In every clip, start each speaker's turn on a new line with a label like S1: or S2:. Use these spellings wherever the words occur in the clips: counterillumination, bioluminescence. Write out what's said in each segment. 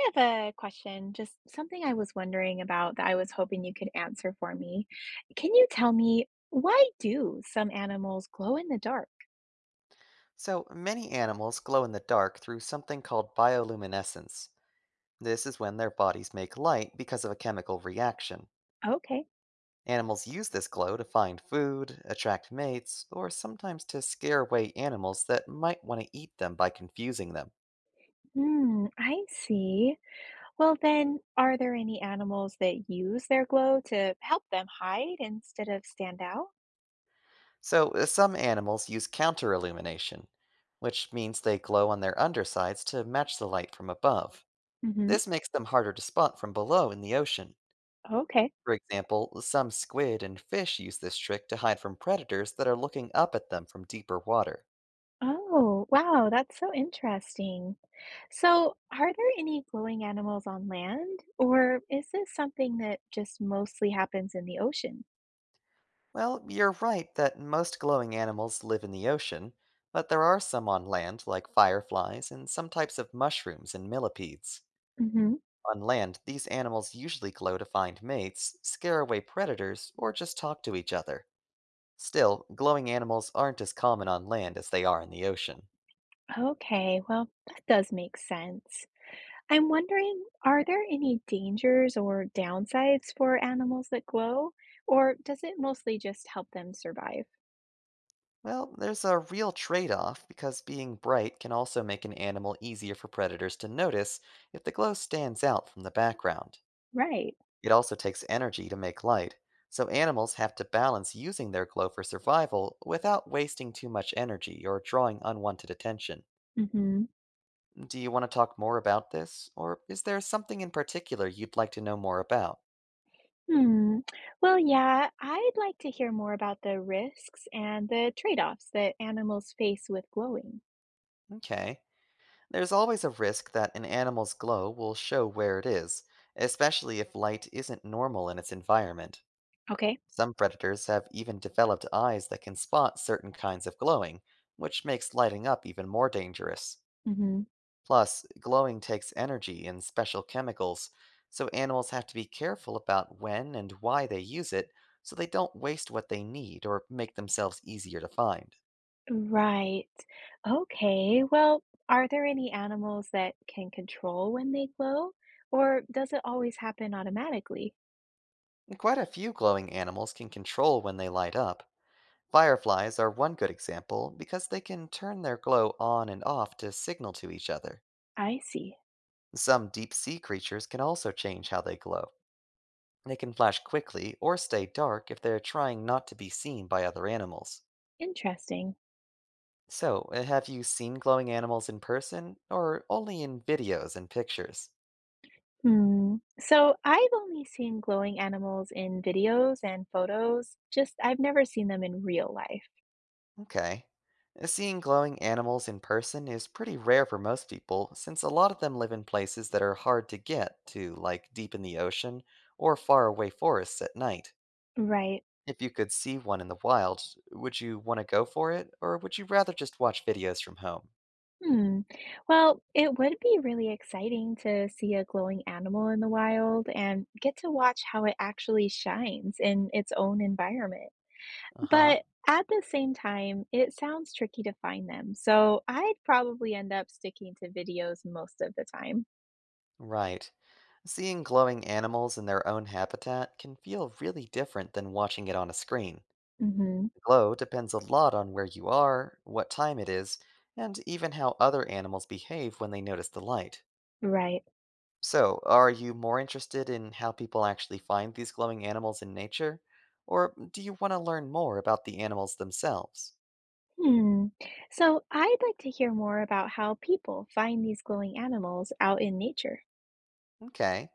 S1: I have a question, just something I was wondering about that I was hoping you could answer for me. Can you tell me why do some animals glow in the dark?
S2: So, many animals glow in the dark through something called bioluminescence. This is when their bodies make light because of a chemical reaction.
S1: Okay.
S2: Animals use this glow to find food, attract mates, or sometimes to scare away animals that might want to eat them by confusing them.
S1: Hmm, I see. Well, then, are there any animals that use their glow to help them hide instead of stand out?
S2: So, some animals use counterillumination, which means they glow on their undersides to match the light from above.
S1: Mm-hmm.
S2: This makes them harder to spot from below in the ocean.
S1: Okay.
S2: For example, some squid and fish use this trick to hide from predators that are looking up at them from deeper water.
S1: Oh, wow, that's so interesting. So, are there any glowing animals on land, or is this something that just mostly happens in the ocean?
S2: Well, you're right that most glowing animals live in the ocean, but there are some on land, like fireflies and some types of mushrooms and millipedes.
S1: Mm-hmm.
S2: On land, these animals usually glow to find mates, scare away predators, or just talk to each other. Still, glowing animals aren't as common on land as they are in the ocean.
S1: Okay, well, that does make sense. I'm wondering, are there any dangers or downsides for animals that glow, or does it mostly just help them survive?
S2: Well, there's a real trade off because being bright can also make an animal easier for predators to notice if the glow stands out from the background.
S1: Right.
S2: It also takes energy to make light, so animals have to balance using their glow for survival without wasting too much energy or drawing unwanted attention.
S1: Mm-hmm.
S2: Do you want to talk more about this, or is there something in particular you'd like to know more about?
S1: Hmm. Well, yeah, I'd like to hear more about the risks and the trade-offs that animals face with glowing.
S2: Okay. There's always a risk that an animal's glow will show where it is, especially if light isn't normal in its environment.
S1: Okay.
S2: Some predators have even developed eyes that can spot certain kinds of glowing, which makes lighting up even more dangerous.
S1: Mm-hmm.
S2: Plus, glowing takes energy and special chemicals, so animals have to be careful about when and why they use it so they don't waste what they need or make themselves easier to find.
S1: Right. Okay. Well, are there any animals that can control when they glow, or does it always happen automatically?
S2: And Quite a few glowing animals can control when they light up. Fireflies are one good example because they can turn their glow on and off to signal to each other.
S1: I see.
S2: Some deep sea creatures can also change how they glow. They can flash quickly or stay dark if they're trying not to be seen by other animals.
S1: Interesting.
S2: So, have you seen glowing animals in person or only in videos and pictures?
S1: Hmm. So I've only seen glowing animals in videos and photos, just I've never seen them in real life.
S2: Okay. Seeing glowing animals in person is pretty rare for most people since a lot of them live in places that are hard to get to, like deep in the ocean or far away forests at night.
S1: Right.
S2: If you could see one in the wild, would you want to go for it or would you rather just watch videos from home?
S1: Hmm. Well, it would be really exciting to see a glowing animal in the wild and get to watch how it actually shines in its own environment.
S2: Uh huh.
S1: But at the same time, it sounds tricky to find them, so I'd probably end up sticking to videos most of the time.
S2: Right. Seeing glowing animals in their own habitat can feel really different than watching it on a screen.
S1: Hmm.
S2: Glow depends a lot on where you are, what time it is, and even how other animals behave when they notice the light.
S1: Right.
S2: So, are you more interested in how people actually find these glowing animals in nature? Or do you want to learn more about the animals themselves?
S1: Hmm. So I'd like to hear more about how people find these glowing animals out in nature.
S2: Okay.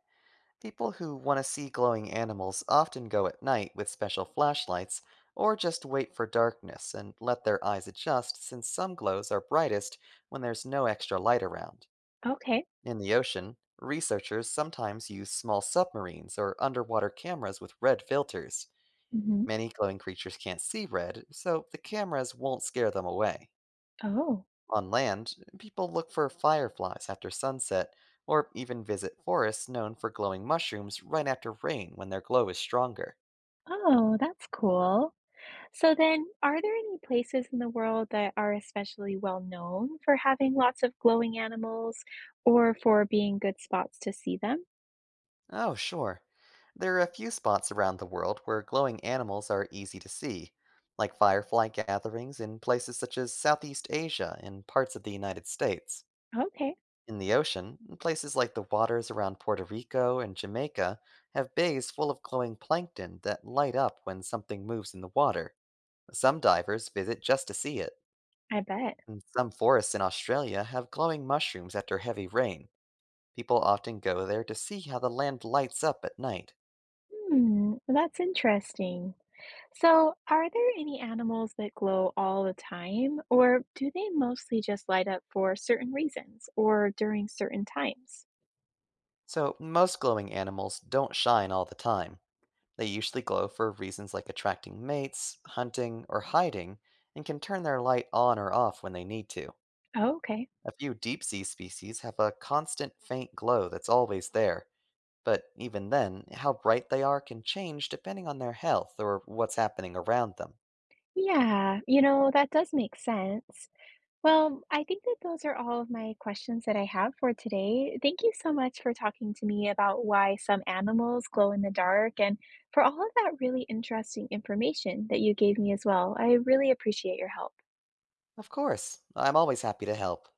S2: People who want to see glowing animals often go at night with special flashlights or just wait for darkness and let their eyes adjust since some glows are brightest when there's no extra light around.
S1: Okay.
S2: In the ocean, researchers sometimes use small submarines or underwater cameras with red filters.
S1: Hmm.
S2: Many glowing creatures can't see red, so the cameras won't scare them away.
S1: Oh,
S2: On land, people look for fireflies after sunset, or even visit forests known for glowing mushrooms right after rain when their glow is stronger.
S1: oh, that's cool. So then, are there any places in the world that are especially well known for having lots of glowing animals or for being good spots to see them?
S2: Oh, sure. There are a few spots around the world where glowing animals are easy to see, like firefly gatherings in places such as Southeast Asia and parts of the United States.
S1: Okay,
S2: In the ocean, places like the waters around Puerto Rico and Jamaica have bays full of glowing plankton that light up when something moves in the water. Some divers visit just to see it,
S1: I bet.
S2: and some forests in Australia have glowing mushrooms after heavy rain. People often go there to see how the land lights up at night.
S1: Hmm, that's interesting. So, are there any animals that glow all the time, or do they mostly just light up for certain reasons or during certain times?
S2: So, most glowing animals don't shine all the time. They usually glow for reasons like attracting mates, hunting, or hiding, and can turn their light on or off when they need to.
S1: Oh, okay.
S2: A few deep sea species have a constant faint glow that's always there, but even then, how bright they are can change depending on their health or what's happening around them.
S1: Yeah, you know, that does make sense. Well, I think that those are all of my questions that I have for today. Thank you so much for talking to me about why some animals glow in the dark and for all of that really interesting information that you gave me as well. I really appreciate your help.
S2: Of course. I'm always happy to help.